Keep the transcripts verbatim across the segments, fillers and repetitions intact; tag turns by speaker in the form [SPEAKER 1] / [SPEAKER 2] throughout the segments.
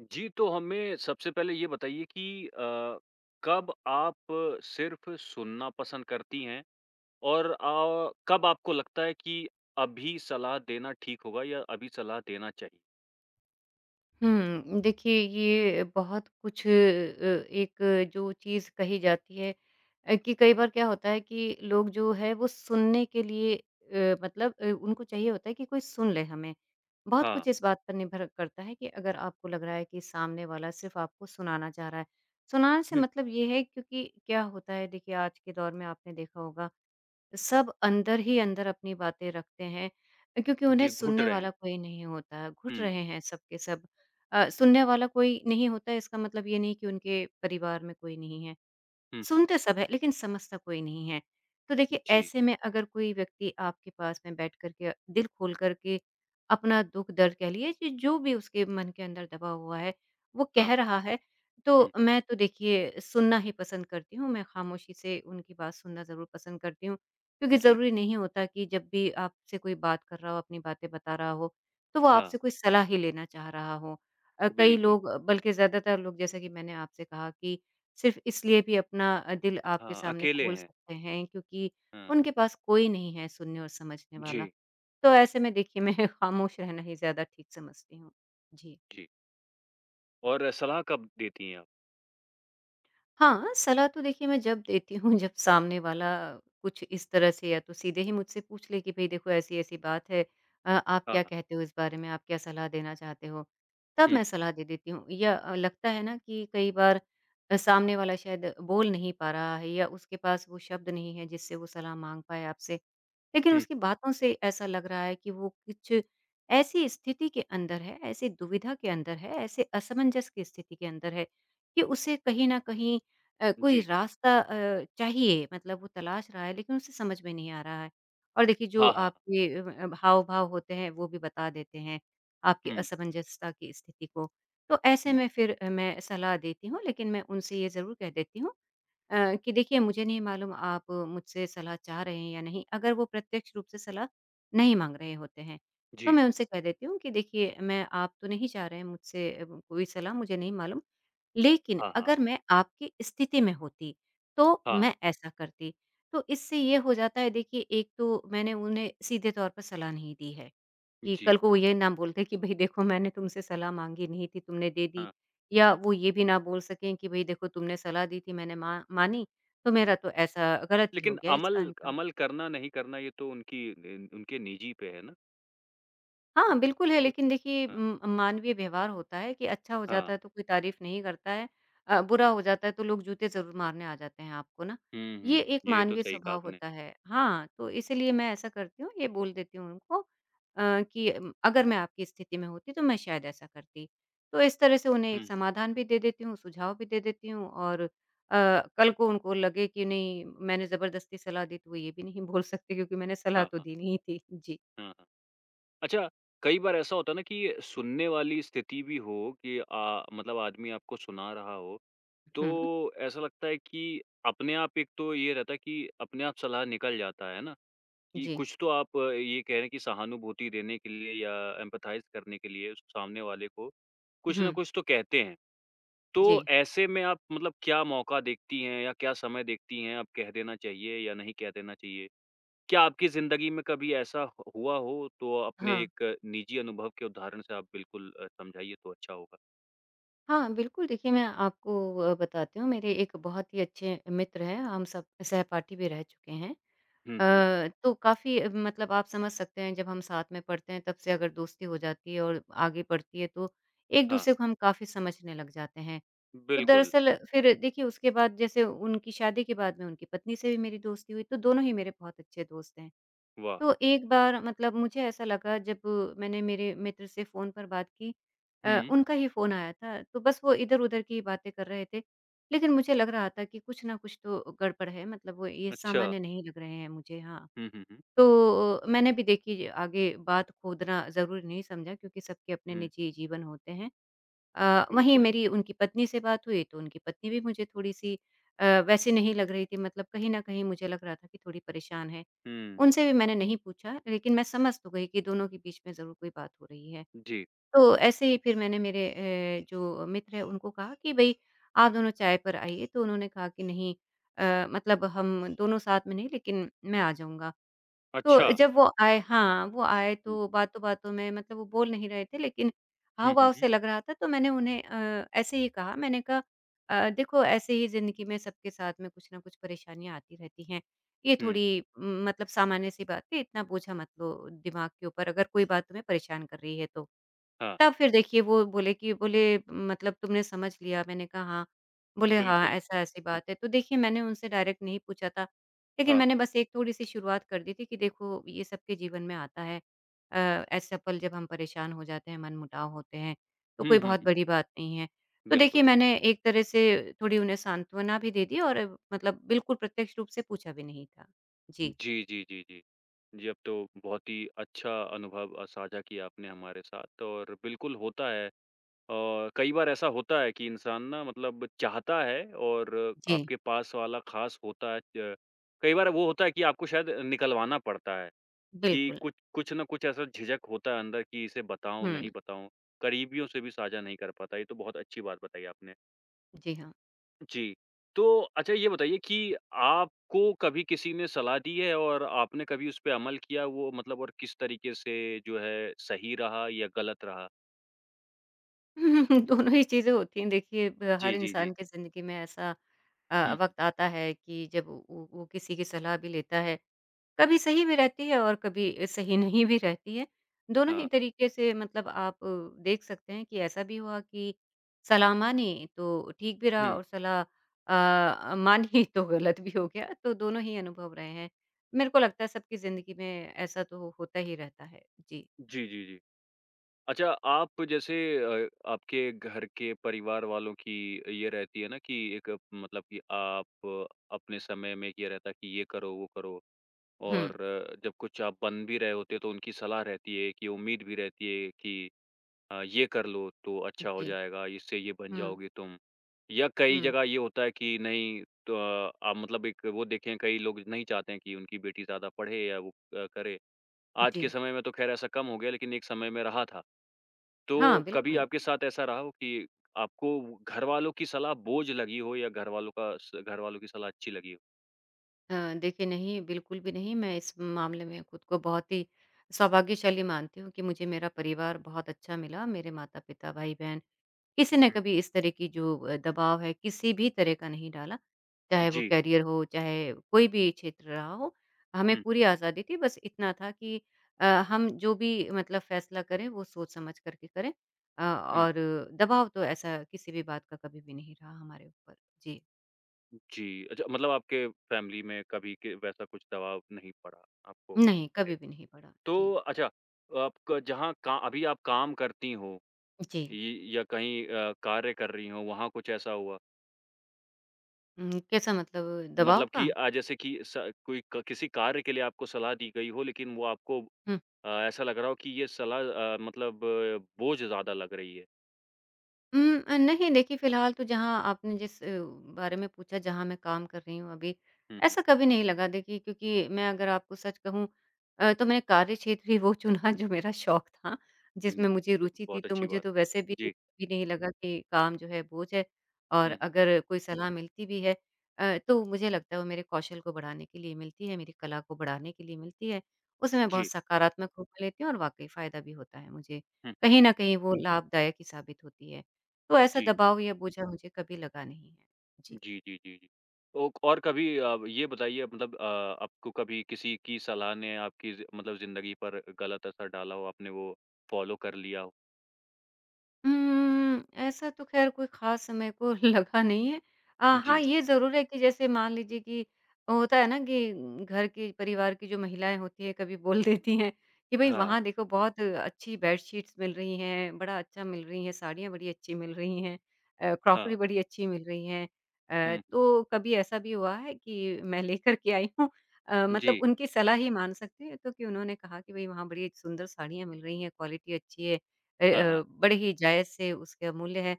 [SPEAKER 1] जी, तो हमें सबसे पहले ये बताइए कि अ, कब आप सिर्फ़ सुनना पसंद करती हैं और अ, कब आपको लगता है कि अभी सलाह देना ठीक होगा या अभी सलाह देना चाहिए?
[SPEAKER 2] हुँ, देखिए ये बहुत कुछ अ, एक जो चीज़ कही जाती है अ, कि कई बार क्या होता है कि लोग जो है वो सुनने के लिए अ, मतलब अ, उनको चाहिए होता है कि कोई सुन ले हमें। बहुत
[SPEAKER 1] हाँ,
[SPEAKER 2] कुछ इस बात पर निर्भर करता है कि अगर आपको लग रहा है कि सामने वाला सिर्फ़ आपको सुनाना चाह रहा है। सुनाने से
[SPEAKER 1] हुँ,
[SPEAKER 2] मतलब ये है क्योंकि क्या होता है देखिए आज के दौर में आपने देखा होगा सब अंदर ही अंदर अपनी बातें रखते हैं क्योंकि उन्हें
[SPEAKER 1] जी, घुट
[SPEAKER 2] सुनने
[SPEAKER 1] रहे
[SPEAKER 2] वाला
[SPEAKER 1] हैं।
[SPEAKER 2] कोई नहीं होता, घुट
[SPEAKER 1] हुँ,
[SPEAKER 2] रहे हैं सबके सब के सब। अ,
[SPEAKER 1] हुँ,
[SPEAKER 2] सुनने वाला कोई नहीं होता इसका मतलब ये नहीं कि उनके परिवार में कोई नहीं है।
[SPEAKER 1] हुँ,
[SPEAKER 2] सुनते सब हैं, लेकिन समझता कोई नहीं है। तो
[SPEAKER 1] हुँ,
[SPEAKER 2] देखिए,
[SPEAKER 1] जी,
[SPEAKER 2] ऐसे में अगर कोई व्यक्ति आपके पास में बैठ कर के दिल खोल कर के अपना दुःख-दर्द कह लीजिए ज जो भी उसके मन के अंदर दबा हुआ है, वो
[SPEAKER 1] हाँ,
[SPEAKER 2] कह रहा है, तो
[SPEAKER 1] हुँ,
[SPEAKER 2] मैं तो देखिए सुनना ही पसंद करती हूँ। मैं ख़ामोशी से उनकी बात सुनना ज़रूर पसंद करती हूँ, क्योंकि
[SPEAKER 1] जी,
[SPEAKER 2] ज़रूरी नहीं होता कि जब भी आपसे कोई बात कर रहा हो, अपनी बातें बता रहा हो, तो वो
[SPEAKER 1] हाँ,
[SPEAKER 2] आपसे कोई सलाह ही लेना चाह रहा हो। अ, कई
[SPEAKER 1] बिल्कुल,
[SPEAKER 2] लोग बल्कि ज़्यादातर लोग जैसा कि मैंने आपसे कहा कि सिर्फ़ इसलिए भी अपना अ, दिल आपके
[SPEAKER 1] हाँ,
[SPEAKER 2] सामने
[SPEAKER 1] अकेले
[SPEAKER 2] खोल
[SPEAKER 1] हैं।
[SPEAKER 2] सकते हैं क्योंकि
[SPEAKER 1] हाँ,
[SPEAKER 2] उनके पास कोई नहीं है सुनने और समझने वाला।
[SPEAKER 1] जी,
[SPEAKER 2] तो ऐसे में देखिए मैं खामोश रहना ही ज़्यादा ठीक समझती हूँ। जी।
[SPEAKER 1] जी। और सलाह कब देती हैं आप?
[SPEAKER 2] हाँ, सलाह तो देखिए मैं जब देती हूँ जब सामने वाला कुछ इस तरह से या तो सीधे ही मुझसे पूछ ले कि भई देखो ऐसी-ऐसी बात है अ, आप
[SPEAKER 1] हाँ,
[SPEAKER 2] क्या
[SPEAKER 1] हाँ,
[SPEAKER 2] कहते हो इस बारे में? आप क्या सलाह देना चाहते हो? तब
[SPEAKER 1] हुँ,
[SPEAKER 2] मैं सलाह दे देती हूँ या अ, लगता है ना कि कई बार अ, सामने वाला शायद बोल नहीं पा रहा है या उसके पास वो शब्द नहीं है जिससे वो सलाह माँग पाए आपसे। लेकिन
[SPEAKER 1] हुँ,
[SPEAKER 2] उसकी बातों से ऐसा लग रहा है कि वो कुछ ऐसी स्थिति के अंदर है, ऐसी दुविधा के अंदर है, ऐसे असमंजस की स्थिति के अंदर है कि उसे कहीं न कहीं अ, कोई
[SPEAKER 1] जी,
[SPEAKER 2] रास्ता अ, चाहिए मतलब वो तलाश रहा है लेकिन उसे समझ में नहीं आ रहा है। और देखिए जो
[SPEAKER 1] हाँ, हाँ,
[SPEAKER 2] आपके अ अ, हाव-भाव होते हैं वो भी बता देते हैं आपकी
[SPEAKER 1] हुँ,
[SPEAKER 2] असमंजसता की स्थिति को। तो ऐसे
[SPEAKER 1] हुँ,
[SPEAKER 2] में फिर अ, मैं सलाह देती हूँ लेकिन मैं उनसे ये ज़रूर कह देती हूँ अ, कि देखिए मुझे नहीं मालूम आप मुझसे सलाह चाह रहे हैं या नहीं, अगर वो प्रत्यक्ष रूप से सलाह नहीं माँग रहे होते हैं, तो
[SPEAKER 1] जी,
[SPEAKER 2] मैं उनसे कह देती हूँ कि देखिए मैं आप तो नहीं चाह रहे हैं मुझसे अ, कोई सलाह मुझे नहीं मालूम, लेकिन
[SPEAKER 1] हाँ, हाँ,
[SPEAKER 2] अगर मैं आपकी स्थिति में होती, तो
[SPEAKER 1] हाँ,
[SPEAKER 2] मैं ऐसा करती। तो इससे ये हो जाता है देखिए एक तो मैंने उन्हें सीधे तौर पर सलाह नहीं दी है, कि कल
[SPEAKER 1] जी,
[SPEAKER 2] को वो ये ना बोल दें कि भई देखो मैंने तुमसे सलाह माँगी नहीं थी, तुमने दे
[SPEAKER 1] हाँ,
[SPEAKER 2] दी।
[SPEAKER 1] हाँ।
[SPEAKER 2] या वो ये भी ना बोल सकें कि भई देखो तुमने सलाह दी थी मैंने मा मानी, तो मेरा
[SPEAKER 1] हुँ।
[SPEAKER 2] तो ऐसा गलत ही हो
[SPEAKER 1] लेकिन
[SPEAKER 2] गया इसका
[SPEAKER 1] अमल
[SPEAKER 2] अंजाम।
[SPEAKER 1] अमल करना नहीं करना ये तो उनकी इन उनके निजी पे है ना?
[SPEAKER 2] हाँ, बिल्कुल है,
[SPEAKER 1] बिल
[SPEAKER 2] लेकिन देखिए
[SPEAKER 1] हाँ,
[SPEAKER 2] उम, मानवीय व्यवहार होता है कि अच्छा हो जाता
[SPEAKER 1] हाँ।
[SPEAKER 2] है तो कोई तारीफ़ नहीं करता है। अ, बुरा हो जाता है तो लोग जूते ज़रूर मारने आ जाते हैं आपको ना।
[SPEAKER 1] हुँ, हुँ,
[SPEAKER 2] ये
[SPEAKER 1] हुँ।
[SPEAKER 2] एक
[SPEAKER 1] ये तो
[SPEAKER 2] मानवीय
[SPEAKER 1] सही कहा
[SPEAKER 2] स्वभाव
[SPEAKER 1] आपने।
[SPEAKER 2] होता है। हाँ, तो इसीलिए मैं ऐसा करती हूँ, ये बोल देती हूँ उनको अ, कि उम, अगर मैं आपकी स्थिति में होती तो मैं शायद ऐसा करती। तो इस तरह से उन्हें एक
[SPEAKER 1] हुँ,
[SPEAKER 2] समाधान भी दे देती हूँ, सुझाव भी दे देती हूँ और अ, कल को उनको लगे कि नहीं मैंने ज़बरदस्ती सलाह दी तो वो ये भी नहीं बोल सकते क्योंकि मैंने सलाह
[SPEAKER 1] हाँ,
[SPEAKER 2] तो
[SPEAKER 1] हाँ,
[SPEAKER 2] दी नहीं थी। जी।
[SPEAKER 1] हाँ, हाँ। अच्छा, कई बार ऐसा होता है ना कि सुनने वाली स्थिति भी हो कि अ, मतलब आदमी आपको सुना रहा हो,
[SPEAKER 2] हुँ,
[SPEAKER 1] तो ऐसा लगता है कि अपने आप एक तो ये रहता है कि अपने आप सलाह निकल जाता है ना? कि
[SPEAKER 2] जी।
[SPEAKER 1] कुछ तो आप अ, ये कह रहे हैं कि सहानुभूति देने के लिए या एम्पैथाइज़ करने के लिए उस सामने वाले को, कुछ ना
[SPEAKER 2] हुँ।
[SPEAKER 1] कुछ तो कहते हैं। तो
[SPEAKER 2] जी।
[SPEAKER 1] ऐसे में आप मतलब क्या मौका देखती हैं या क्या समय देखती हैं, अब कह देना चाहिए या नहीं कह देना चाहिए? क्या आपकी ज़िंदगी में कभी ऐसा ह हुआ हो तो अपने
[SPEAKER 2] हाँ।
[SPEAKER 1] एक निजी अनुभव के उदाहरण से आप बिल्कुल अ, समझाइए तो अच्छा होगा?
[SPEAKER 2] हाँ, बिल्कुल देखिए मैं आपको अ, बताती हूँ मेरे एक बहुत ही अच्छे मित्र हैं, हम सब सहपाठी भी रह चुके हैं।
[SPEAKER 1] हुँ, हुँ।
[SPEAKER 2] अ, तो काफ़ी अ, मतलब आप समझ सकते हैं जब हम साथ में पढ़ते हैं तब से अगर दोस्ती हो जाती है और आगे बढ़ती है तो
[SPEAKER 1] हाँ,
[SPEAKER 2] एक-दूसरे को हम काफ़ी समझने लग जाते हैं। तो
[SPEAKER 1] बिल्कुल,
[SPEAKER 2] दरअसल फिर देखिए उसके बाद जैसे उनकी शादी के बाद में उनकी पत्नी से भी मेरी दोस्ती हुई, तो दोनों ही मेरे बहुत अच्छे दोस्त हैं।
[SPEAKER 1] वाह!
[SPEAKER 2] तो एक बार मतलब मुझे ऐसा लगा जब मैंने मेरे मित्र से फ़ोन पर बात की अ,
[SPEAKER 1] हुँ,
[SPEAKER 2] उनका ही फ़ोन आया था, तो बस वो इधर-उधर की बातें कर रहे थे। लेकिन मुझे लग रहा था कि कुछ ना कुछ तो गड़बड़ है, मतलब वो ये
[SPEAKER 1] अच्छा।
[SPEAKER 2] सामान्य नहीं लग रहे हैं मुझे, हाँ।
[SPEAKER 1] हुँ, हुँ, हुँ।
[SPEAKER 2] तो अ, मैंने भी देखिए आगे बात खोदना ज़रूरी नहीं समझा क्योंकि सबके अपने
[SPEAKER 1] हुँ,
[SPEAKER 2] निजी जीवन होते हैं। अ, वहीं
[SPEAKER 1] बिल्कुल।
[SPEAKER 2] मेरी उनकी पत्नी से बात हुई, तो उनकी पत्नी भी मुझे थोड़ी-सी अ, वैसी नहीं लग रही थी मतलब कहीं न कहीं मुझे लग रहा था कि थोड़ी परेशान है।
[SPEAKER 1] हुँ,
[SPEAKER 2] उनसे भी मैंने नहीं पूछा, लेकिन मैं समझ तो गई कि दोनों के बीच में ज़रूर कोई बात हो रही है।
[SPEAKER 1] जी,
[SPEAKER 2] तो ऐसे ही फिर मैंने मेरे अ, जो मित्र हैं उनको कहा कि भई आप दोनों चाय पर आइए, तो उन्होंने कहा कि नहीं अ, मतलब हम दोनों साथ में नहीं लेकिन मैं आ जाऊँगा। तो
[SPEAKER 1] अच्छा।
[SPEAKER 2] जब वो आए हाँ, वो आए
[SPEAKER 1] हुँ,
[SPEAKER 2] तो बातों-बातों में मतलब वो बोल नहीं रहे थे लेकिन
[SPEAKER 1] हुँ, हुँ,
[SPEAKER 2] हाव-भाव
[SPEAKER 1] हुँ।
[SPEAKER 2] से लग रहा था तो मैंने उन्हें अ, ऐसे ही कहा मैंने कहा अ, देखो ऐसे ही ज़िंदगी में सबके साथ में कुछ न कुछ परेशानियाँ आती रहती हैं। ये
[SPEAKER 1] हुँ,
[SPEAKER 2] थोड़ी म, मतलब सामान्य-सी बात है, इतना बोझा मत लो दिमाग के ऊपर अगर कोई बात तुम्हें परेशान कर रही है तो।
[SPEAKER 1] हाँ,
[SPEAKER 2] तब फिर देखिए वो बोले कि बोले मतलब तुमने समझ लिया? मैंने कहा हाँ। बोले हाँ,
[SPEAKER 1] बिल्कुल।
[SPEAKER 2] ऐसा ऐसी
[SPEAKER 1] हुँ,
[SPEAKER 2] बात है। तो देखिए मैंने उनसे डायरेक्ट नहीं पूछा था, लेकिन
[SPEAKER 1] हाँ,
[SPEAKER 2] मैंने
[SPEAKER 1] हाँ।
[SPEAKER 2] बस एक थोड़ी-सी शुरुआत कर दी थी कि देखो ये सबके जीवन में आता है। अ, ऐसा पल जब हम परेशान हो जाते हैं, मनमुटाव होते हैं, तो
[SPEAKER 1] हुँ,
[SPEAKER 2] कोई
[SPEAKER 1] हुँ,
[SPEAKER 2] बहुत
[SPEAKER 1] हुँ,
[SPEAKER 2] बड़ी बात नहीं है। तो
[SPEAKER 1] बिल्कुल।
[SPEAKER 2] देखिए मैंने एक तरह से थोड़ी उन्हें सांत्वना भी दे दी और अ, मतलब बिल्कुल प्रत्यक्ष रूप से पूछा भी नहीं था। जी,
[SPEAKER 1] जी, जी, जी, जी। जी, अब तो बहुत ही अच्छा अनुभव अ, साझा किया आपने हमारे साथ और बिल्कुल होता है। और कई बार ऐसा होता है कि इंसान ना मतलब चाहता है और
[SPEAKER 2] जी।
[SPEAKER 1] आपके पास वाला ख़ास होता है, अ, कई बार वो होता है कि आपको शायद निकलवाना पड़ता है कि
[SPEAKER 2] बिल्कुल।
[SPEAKER 1] कुछ कुछ ना कुछ ऐसा झिझक होता है अंदर कि इसे बताऊँ, नहीं
[SPEAKER 2] हुँ।
[SPEAKER 1] बताऊँ, करीबियों से भी साझा नहीं कर पाता। ये तो बहुत अच्छी बात बताई आपने।
[SPEAKER 2] जी हाँ।
[SPEAKER 1] जी। तो अच्छा ये बताइए कि आपको कभी किसी ने सलाह दी है और आपने कभी उस पे अमल किया वो मतलब और किस तरीके से जो है सही रहा या गलत रहा?
[SPEAKER 2] दोनों ही चीज़ें होती हैं देखिए ब हर
[SPEAKER 1] जी, जी, जी।
[SPEAKER 2] इंसान की ज़िंदगी में ऐसा
[SPEAKER 1] हुँ,
[SPEAKER 2] अ,
[SPEAKER 1] हुँ।
[SPEAKER 2] वक़्त आता है कि जब वो वो वो किसी की सलाह भी लेता है, कभी सही भी रहती है और कभी अ, सही नहीं भी रहती है। दोनों
[SPEAKER 1] हाँ,
[SPEAKER 2] ही
[SPEAKER 1] हाँ।
[SPEAKER 2] तरीके से मतलब आप अ, देख सकते हैं कि ऐसा भी हुआ कि सलाह मानी तो ठीक भी रहा
[SPEAKER 1] हुँ।
[SPEAKER 2] और सलाह अ, मानी तो गलत भी हो गया, तो दोनों ही अनुभव रहे हैं। मेरे को लगता है सबकी ज़िंदगी में ऐसा तो होता ही रहता है। जी।
[SPEAKER 1] जी, जी, जी। अच्छा, आप जैसे अ, आपके घर के परिवार वालों की ये रहती है ना कि एक अ, मतलब कि आप अपने समय में ये रहता है कि ये करो, वो करो
[SPEAKER 2] हुँ।
[SPEAKER 1] और अ, जब कुछ आप बन भी रहे होते हो तो उनकी सलाह रहती है कि उम्मीद भी रहती है कि अ, ये कर लो तो अच्छा हो
[SPEAKER 2] जी।
[SPEAKER 1] जाएगा, इससे ये बन
[SPEAKER 2] हुँ,
[SPEAKER 1] जाओगे तुम। या कई
[SPEAKER 2] हुँ।
[SPEAKER 1] जगह ये होता है कि नहीं, तो अ, आप मतलब एक वो देखें, कई लोग नहीं चाहते हैं कि उनकी बेटी ज़्यादा पढ़े या वो अ, करे। आज के
[SPEAKER 2] जी।
[SPEAKER 1] समय में तो ख़ैर ऐसा कम हो गया लेकिन एक समय में रहा था। तो
[SPEAKER 2] हाँ,
[SPEAKER 1] कभी
[SPEAKER 2] बिल्कुल।
[SPEAKER 1] आपके साथ ऐसा रहा हो कि आपको घरवालों की सलाह बोझ लगी हो या घरवालों का स घरवालों की सलाह अच्छी लगी हो?
[SPEAKER 2] अ, देखिए नहीं, बिल्कुल भी नहीं। मैं इस मामले में खुद को बहुत ही सौभाग्यशाली मानती हूँ कि मुझे मेरा परिवार बहुत अच्छा मिला। मेरे माता-पिता, भाई-बहन किसी ने
[SPEAKER 1] हुँ,
[SPEAKER 2] कभी इस तरह की जो अ, दबाव है किसी भी तरह का नहीं डाला। चाहे वो
[SPEAKER 1] जी।
[SPEAKER 2] करियर हो, चाहे कोई भी क्षेत्र रहा हो, हमें
[SPEAKER 1] हुँ,
[SPEAKER 2] पूरी आज़ादी थी। बस इतना था कि अ, हम जो भी मतलब फैसला करें वो सोच-समझ कर के करें। अ,
[SPEAKER 1] हुँ,
[SPEAKER 2] और दबाव तो ऐसा किसी भी बात का कभी भी नहीं रहा हमारे ऊपर। जी,
[SPEAKER 1] जी। अच्छा, मतलब आपके फैमिली में कभी के वैसा कुछ दबाव नहीं पड़ा आपको?
[SPEAKER 2] नहीं, कभी भी नहीं पड़ा।
[SPEAKER 1] तो
[SPEAKER 2] जी।
[SPEAKER 1] अच्छा, आपका जहाँ का अभी आप काम करती हो,
[SPEAKER 2] जी।
[SPEAKER 1] य या कहीं अ, कार्य कर रही हो, वहाँ कुछ ऐसा हुआ?
[SPEAKER 2] हुँ, कैसा मतलब दबाव
[SPEAKER 1] मतलब कि
[SPEAKER 2] का?
[SPEAKER 1] अ, जैसे कि स कोई क किसी कार्य के लिए आपको सलाह दी गई हो, लेकिन वो आपको
[SPEAKER 2] हुँ,
[SPEAKER 1] अ, ऐसा लग रहा हो कि ये सलाह अ, मतलब अ, बोझ ज़्यादा लग रही है।
[SPEAKER 2] उम, अ, नहीं देखिए, फिलहाल तो जहाँ आपने जिस अ, बारे में पूछा, जहाँ मैं काम कर रही हूँ अभी,
[SPEAKER 1] हुँ, हुँ।
[SPEAKER 2] ऐसा कभी नहीं लगा देखिए, क्योंकि मैं अगर आपको सच कहूँ अ, तो मैंने कार्यक्षेत्र ही वो चुना जो मेरा शौक था,
[SPEAKER 1] हुँ,
[SPEAKER 2] जिसमें मुझे
[SPEAKER 1] तो
[SPEAKER 2] रुचि थी,
[SPEAKER 1] बहुत
[SPEAKER 2] तो
[SPEAKER 1] अच्छी
[SPEAKER 2] मुझे
[SPEAKER 1] बात
[SPEAKER 2] तो वैसे भी
[SPEAKER 1] है। जी।
[SPEAKER 2] भी नहीं लगा कि काम जो है बोझ है। और
[SPEAKER 1] हुँ,
[SPEAKER 2] अगर कोई सलाह मिलती भी है अ, तो मुझे लगता है वो मेरे कौशल को बढ़ाने के लिए मिलती है, मेरी कला को बढ़ाने के लिए मिलती है। उसे मैं बहुत
[SPEAKER 1] जी।
[SPEAKER 2] सकारात्मक रूप में लेती हूँ और वाक़ई फ़ायदा भी होता है मुझे।
[SPEAKER 1] हुँ, हुँ।
[SPEAKER 2] कहीं न कहीं वो लाभदायक ही साबित होती है। तो ऐसा
[SPEAKER 1] जी।
[SPEAKER 2] दबाव या बोझा मुझे कभी लगा नहीं है। जी।
[SPEAKER 1] जी, जी, जी, जी। तो और कभी अ, ये बताइए मतलब अ, आपको कभी किसी की सलाह ने आपकी ज़ि मतलब ज़िंदगी पर गलत असर डाला हो, आपने वो फ़ॉलो कर लिया हो?
[SPEAKER 2] उम्म, ऐसा तो ख़ैर कोई ख़ास मेरे को लगा नहीं है। अ, हाँ,
[SPEAKER 1] जी।
[SPEAKER 2] ये ज़रूर है कि जैसे मान लीजिए कि होता है ना कि घर की, परिवार की जो महिलाएँ होती हैं, कभी बोल देती हैं कि भई
[SPEAKER 1] हाँ,
[SPEAKER 2] वहाँ देखो बहुत अच्छी बेडशीट्स मिल रही हैं, बड़ा अच्छा मिल रही हैं, साड़ियाँ बड़ी अच्छी मिल रही हैं, अ, क्रॉकरी
[SPEAKER 1] हाँ।
[SPEAKER 2] बड़ी अच्छी मिल रही हैं। अ,
[SPEAKER 1] हुँ,
[SPEAKER 2] तो कभी ऐसा भी हुआ है कि मैं लेकर के आई हूँ, अ, मतलब
[SPEAKER 1] जी।
[SPEAKER 2] उनकी सलाह ही मान सकते हैं तो, कि उन्होंने कहा कि भई वहाँ बड़ी सुंदर साड़ियाँ मिल रही हैं, क्वालिटी अच्छी है। ए
[SPEAKER 1] हाँ, हाँ।
[SPEAKER 2] अ, बड़े ही जायज़ से उसके अमूल्य है।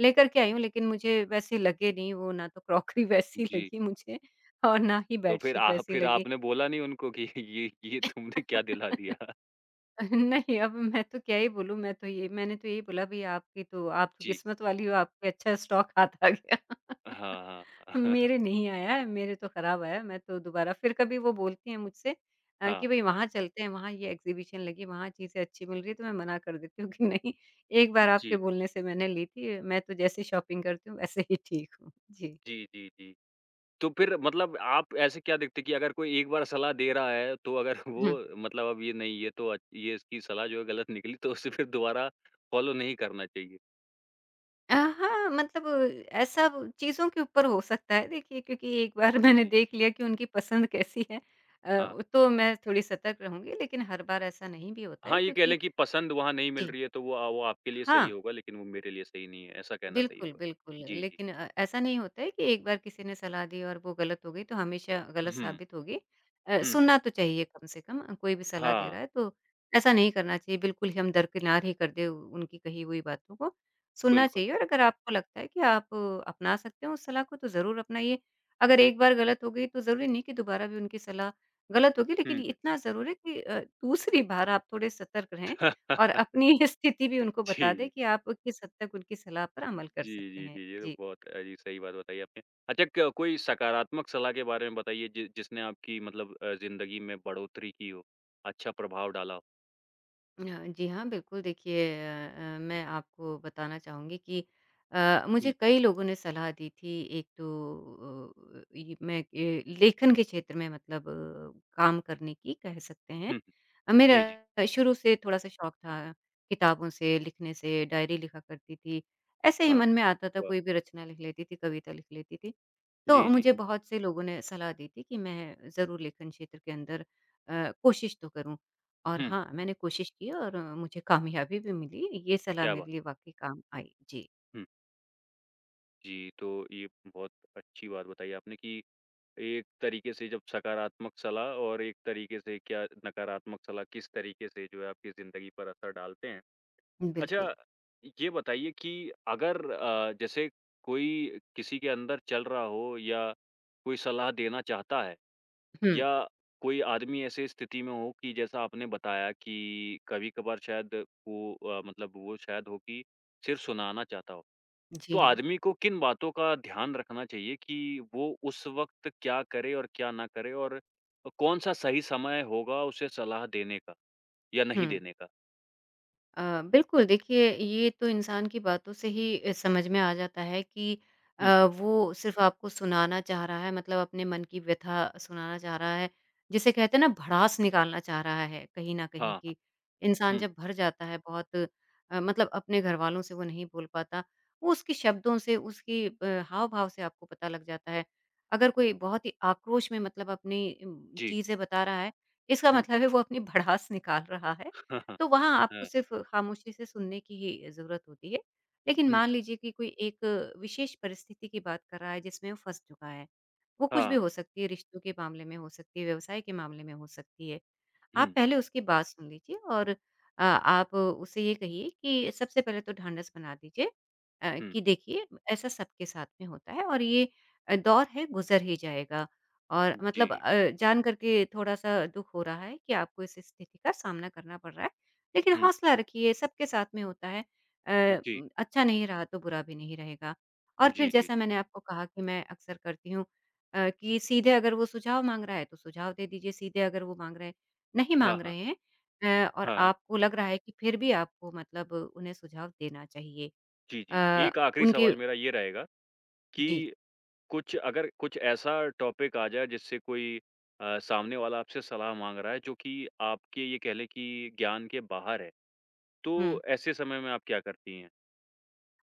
[SPEAKER 2] लेकर के आई हूँ, लेकिन मुझे वैसे लगे नहीं वो, ना तो क्रॉकरी वैसी
[SPEAKER 1] जी।
[SPEAKER 2] लगी मुझे और ना ही
[SPEAKER 1] तो फिर
[SPEAKER 2] बेडशीट
[SPEAKER 1] आ
[SPEAKER 2] वैसी
[SPEAKER 1] फिर
[SPEAKER 2] लगी।
[SPEAKER 1] आपने बोला नहीं उनको कि ये ये तुमने क्या दिला दिया?
[SPEAKER 2] नहीं, अब मैं तो क्या ही बोलूँ, मैं तो ये, मैंने तो यही बोला, भई आपकी तो, आप तो
[SPEAKER 1] जी।
[SPEAKER 2] किस्मत वाली हो, आपके अच्छा स्टॉक हाथ आ गया।
[SPEAKER 1] हाँ, हाँ।
[SPEAKER 2] मेरे नहीं आया है, मेरे तो खराब आया है। मैं तो दोबारा, फिर कभी वो बोलती हैं मुझसे अ, कि
[SPEAKER 1] हाँ।
[SPEAKER 2] भई वहाँ चलते हैं, वहाँ ये एग्ज़िबिशन लगी, वहाँ चीज़ें अच्छी मिल रही है, तो मैं मना कर देती हूँ कि नहीं, एक बार आपके
[SPEAKER 1] जी,
[SPEAKER 2] बोलने से मैंने ली थी, मैं तो जैसे शॉपिंग करती हूँ वैसे ही ठीक हूँ। जी।
[SPEAKER 1] जी, जी, जी। तो फिर मतलब आप ऐसे क्या देखते हैं कि अगर कोई एक बार सलाह दे रहा है, तो अगर
[SPEAKER 2] हुँ।
[SPEAKER 1] वो मतलब अब ये नहीं, ये तो अ, ये इसकी सलाह जो है गलत निकली तो उसे फिर दोबारा फ़ॉलो नहीं करना चाहिए?
[SPEAKER 2] अ, हाँ, मतलब ऐसा चीज़ों के ऊपर हो सकता है देखिए, क्योंकि एक बार मैंने
[SPEAKER 1] जी,
[SPEAKER 2] देख लिया कि उनकी पसंद कैसी है,
[SPEAKER 1] हाँ।
[SPEAKER 2] अ, तो मैं थोड़ी सतर्क रहूँगी, लेकिन हर बार ऐसा नहीं भी होता है
[SPEAKER 1] हाँ, ये कह लें
[SPEAKER 2] क्योंकि।
[SPEAKER 1] कि पसंद वहाँ नहीं मिल
[SPEAKER 2] जी।
[SPEAKER 1] रही है तो वो अ, वो आपके लिए सही
[SPEAKER 2] हाँ।
[SPEAKER 1] होगा लेकिन वो मेरे लिए सही नहीं है, ऐसा कहना सही
[SPEAKER 2] बिल्कुल,
[SPEAKER 1] होगा।
[SPEAKER 2] बिल्कुल।
[SPEAKER 1] जी, जी।
[SPEAKER 2] लेकिन अ, ऐसा नहीं होता है कि एक बार किसी ने सलाह दी और वो गलत हो गई तो हमेशा गलत
[SPEAKER 1] हुँ,
[SPEAKER 2] साबित होगी। अ,
[SPEAKER 1] हुँ, हुँ।
[SPEAKER 2] सुनना तो चाहिए कम से कम, अ, कोई भी सलाह दे
[SPEAKER 1] हाँ,
[SPEAKER 2] रहा है तो ऐसा नहीं करना चाहिए बिल्कुल ही हम दरकिनार ही कर दें उ उनकी कही हुई बातों को। सुनना
[SPEAKER 1] बिल्कुल।
[SPEAKER 2] चाहिए और अगर आपको लगता है कि आप अ, अपना सकते हो उस सलाह को, तो ज़रूर अपनाइए। अगर एक बार गलत हो गई तो ज़रूरी नहीं कि दोबारा भी उनकी सलाह गलत होगी,
[SPEAKER 1] हुँ,
[SPEAKER 2] लेकिन
[SPEAKER 1] हुँ।
[SPEAKER 2] इतना ज़रूर है कि अ, दूसरी बार आप थोड़े सतर्क रहें। और अपनी स्थिति भी उनको
[SPEAKER 1] जी,
[SPEAKER 2] बता दें
[SPEAKER 1] जी।
[SPEAKER 2] कि आप किस हद तक उनकी सलाह पर अमल कर
[SPEAKER 1] जी,
[SPEAKER 2] सकते
[SPEAKER 1] जी,
[SPEAKER 2] हैं।
[SPEAKER 1] जी, ये तो
[SPEAKER 2] जी।
[SPEAKER 1] बहुत अजी सही बात बताई आपने। अच्छा, क कोई सकारात्मक सलाह के बारे में बताइए जि जिसने आपकी मतलब अ, ज़िंदगी में बढ़ोतरी की हो, अच्छा प्रभाव डाला हो?
[SPEAKER 2] अ, जी हाँ, बिल्कुल देखिए, अ अ, मैं आपको बताना चाहूँगी कि अ, मुझे
[SPEAKER 1] हुँ,
[SPEAKER 2] कई लोगों ने सलाह दी थी। एक तो अ, ये मैं ए, लेखन के क्षेत्र में, मतलब अ, काम करने की कह सकते हैं।
[SPEAKER 1] हुँ,
[SPEAKER 2] अ,
[SPEAKER 1] जी, जी,
[SPEAKER 2] मेरा शुरू से थोड़ा-सा शौक था किताबों से, लिखने से, डायरी लिखा करती थी। ऐसे ही
[SPEAKER 1] हाँ,
[SPEAKER 2] मन में आता था,
[SPEAKER 1] वाह!
[SPEAKER 2] कोई भी रचना लिख लेती थी, कविता लिख लेती थी। तो
[SPEAKER 1] जी, जी,
[SPEAKER 2] मुझे बहुत से लोगों ने सलाह दी थी कि मैं ज़रूर लेखन क्षेत्र के अंदर अ, कोशिश तो करूँ, और
[SPEAKER 1] हुँ,
[SPEAKER 2] हाँ, मैंने कोशिश की और अ, मुझे कामयाबी भी मिली। ये सलाह
[SPEAKER 1] क्या
[SPEAKER 2] मेरे
[SPEAKER 1] बात!
[SPEAKER 2] लिए वाक़ई काम आई। जी,
[SPEAKER 1] हुँ, जी, तो ये बहुत अच्छी बात बताई आपने कि एक तरीके से जब सकारात्मक सलाह और एक तरीके से क्या नकारात्मक सलाह किस तरीके से जो है आपकी ज़िंदगी पर असर डालते हैं।
[SPEAKER 2] बिल्कुल।
[SPEAKER 1] अच्छा, ये बताइए कि अगर अ, जैसे कोई किसी के अंदर चल रहा हो या कोई सलाह देना चाहता है
[SPEAKER 2] हुँ,
[SPEAKER 1] या कोई आदमी ऐसे स्थिति में हो कि जैसा आपने बताया कि कभी-कभार शायद वो अ, मतलब वो शायद हो कि सिर्फ़ सुनाना चाहता हो। तो
[SPEAKER 2] जी हाँ।
[SPEAKER 1] आदमी को किन बातों का ध्यान रखना चाहिए कि वो उस वक़्त क्या करे और क्या ना करे और कौन-सा सही समय होगा उसे सलाह देने का या नहीं
[SPEAKER 2] हुँ।
[SPEAKER 1] देने का?
[SPEAKER 2] अ, बिल्कुल देखिए, ये तो इंसान की बातों से ही अ, समझ में आ जाता है कि
[SPEAKER 1] हुँ,
[SPEAKER 2] अ,
[SPEAKER 1] हुँ।
[SPEAKER 2] वो सिर्फ़ आपको सुनाना चाह रहा है, मतलब अपने मन की व्यथा सुनाना चाह रहा है। जिसे कहते हैं ना, भड़ास निकालना चाह रहा है, कहीं न कहीं
[SPEAKER 1] हाँ, हाँ।
[SPEAKER 2] कि इंसान
[SPEAKER 1] हुँ।
[SPEAKER 2] जब भर जाता है बहुत, अ, मतलब अपने घरवालों से वो नहीं बोल पाता। वो उसके शब्दों से, उसकी अ, हाव-भाव से आपको पता लग जाता है। अगर कोई बहुत ही आक्रोश में, मतलब अपनी उम,
[SPEAKER 1] जी।
[SPEAKER 2] चीज़ें बता रहा है, इसका
[SPEAKER 1] हुँ।
[SPEAKER 2] मतलब है वो अपनी भड़ास निकाल रहा है,
[SPEAKER 1] हाँ, हाँ,
[SPEAKER 2] तो वहाँ आपको
[SPEAKER 1] हाँ,
[SPEAKER 2] सिर्फ़ खामोशी से सुनने की ही ज़रूरत होती है। लेकिन
[SPEAKER 1] हुँ,
[SPEAKER 2] मान लीजिए कि कोई एक विशेष परिस्थिति की बात कर रहा है जिसमें वो फँस चुका है। वो कुछ भी
[SPEAKER 1] हाँ,
[SPEAKER 2] हो सकती है, रिश्तों के मामले में हो सकती है, व्यवसाय के मामले में हो सकती है। आप
[SPEAKER 1] हुँ,
[SPEAKER 2] पहले उसकी बात सुन लीजिए और अ, आप उससे ये कहिए कि सबसे पहले तो ढाँढस बना दीजिए, अ,
[SPEAKER 1] हुँ,
[SPEAKER 2] कि देखिए, ऐसा सबके साथ में होता है और ये अ, दौर है, गुज़र ही जाएगा। और, मतलब
[SPEAKER 1] जी,
[SPEAKER 2] अ, जान कर के थोड़ा-सा दुःख हो रहा है कि आपको इस स्थिति का सामना करना पड़ रहा है, लेकिन
[SPEAKER 1] हुँ,
[SPEAKER 2] हौसला रखिए, सबके साथ में होता है। अ,
[SPEAKER 1] जी,
[SPEAKER 2] उम, अच्छा नहीं रहा तो बुरा भी नहीं रहेगा। और फिर,
[SPEAKER 1] जी, जी,
[SPEAKER 2] जैसा
[SPEAKER 1] जी,
[SPEAKER 2] मैंने आपको कहा कि मैं अक्सर करती हूँ अ, कि सीधे अगर वो सुझाव माँग रहा है तो सुझाव दे दीजिए, सीधे अगर वो माँग रहे हैं, नहीं
[SPEAKER 1] हाँ,
[SPEAKER 2] माँग
[SPEAKER 1] हाँ,
[SPEAKER 2] रहे हैं, अ, और
[SPEAKER 1] हाँ,
[SPEAKER 2] आपको लग रहा है कि फिर भी आपको, मतलब उन्हें सुझाव देना चाहिए
[SPEAKER 1] जी, जी।
[SPEAKER 2] अ,
[SPEAKER 1] एक आखिरी
[SPEAKER 2] उनके
[SPEAKER 1] सवाल मेरा ये रहेगा कि
[SPEAKER 2] जी,
[SPEAKER 1] कुछ अगर कुछ ऐसा टॉपिक आ जाए जिससे कोई अ, सामने वाला आपसे सलाह माँग रहा है जो कि आपके, ये कह लें कि, ज्ञान के बाहर है,
[SPEAKER 2] हुँ।
[SPEAKER 1] तो ऐसे समय में आप क्या करती हैं?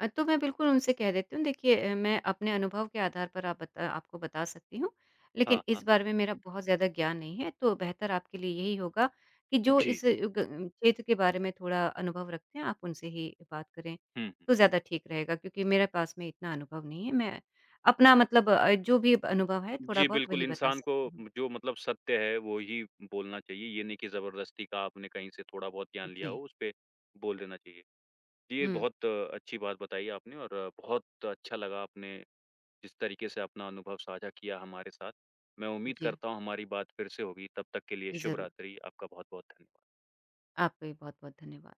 [SPEAKER 2] अ, तो मैं बिल्कुल उनसे कह देती हूँ, देखिए अ, मैं अपने अनुभव के आधार पर आप बता आपको बता सकती हूँ, लेकिन
[SPEAKER 1] हाँ,
[SPEAKER 2] इस
[SPEAKER 1] हाँ,
[SPEAKER 2] बारे में मेरा बहुत ज़्यादा ज्ञान नहीं है, तो बेहतर आपके लिए यही होगा कि जो इस
[SPEAKER 1] जी,
[SPEAKER 2] ग क्षेत्र के बारे में थोड़ा अनुभव रखते हैं, आप उनसे ही बात करें,
[SPEAKER 1] हुँ, हुँ,
[SPEAKER 2] तो
[SPEAKER 1] हुँ।
[SPEAKER 2] ज़्यादा ठीक रहेगा, क्योंकि मेरे पास में इतना अनुभव नहीं है। मैं अपना, मतलब अ, जो भी अनुभव है
[SPEAKER 1] जी,
[SPEAKER 2] थोड़ा-बहुत,
[SPEAKER 1] बिल्कुल
[SPEAKER 2] वही बता
[SPEAKER 1] इंसान को
[SPEAKER 2] सकती हूँ।
[SPEAKER 1] जो मतलब सत्य है वो ही बोलना चाहिए, ये नहीं कि ज़बरदस्ती का आपने कहीं से थोड़ा बहुत ज्ञान लिया
[SPEAKER 2] जी।
[SPEAKER 1] हो, उस पे बोल देना चाहिए। जी, ये
[SPEAKER 2] हुँ।
[SPEAKER 1] बहुत अ, अच्छी बात बताई आपने और अ, बहुत अच्छा लगा आपने जिस तरीके से अपना अनुभव साझा किया हमारे साथ। मैं उम्मीद
[SPEAKER 2] जी,
[SPEAKER 1] करता हूँ हमारी बात फिर से होगी, तब तक के लिए शुभ
[SPEAKER 2] ज़रूर।
[SPEAKER 1] रात्रि। आपका बहुत-बहुत धन्यवाद।
[SPEAKER 2] आपका भी बहुत-बहुत धन्यवाद।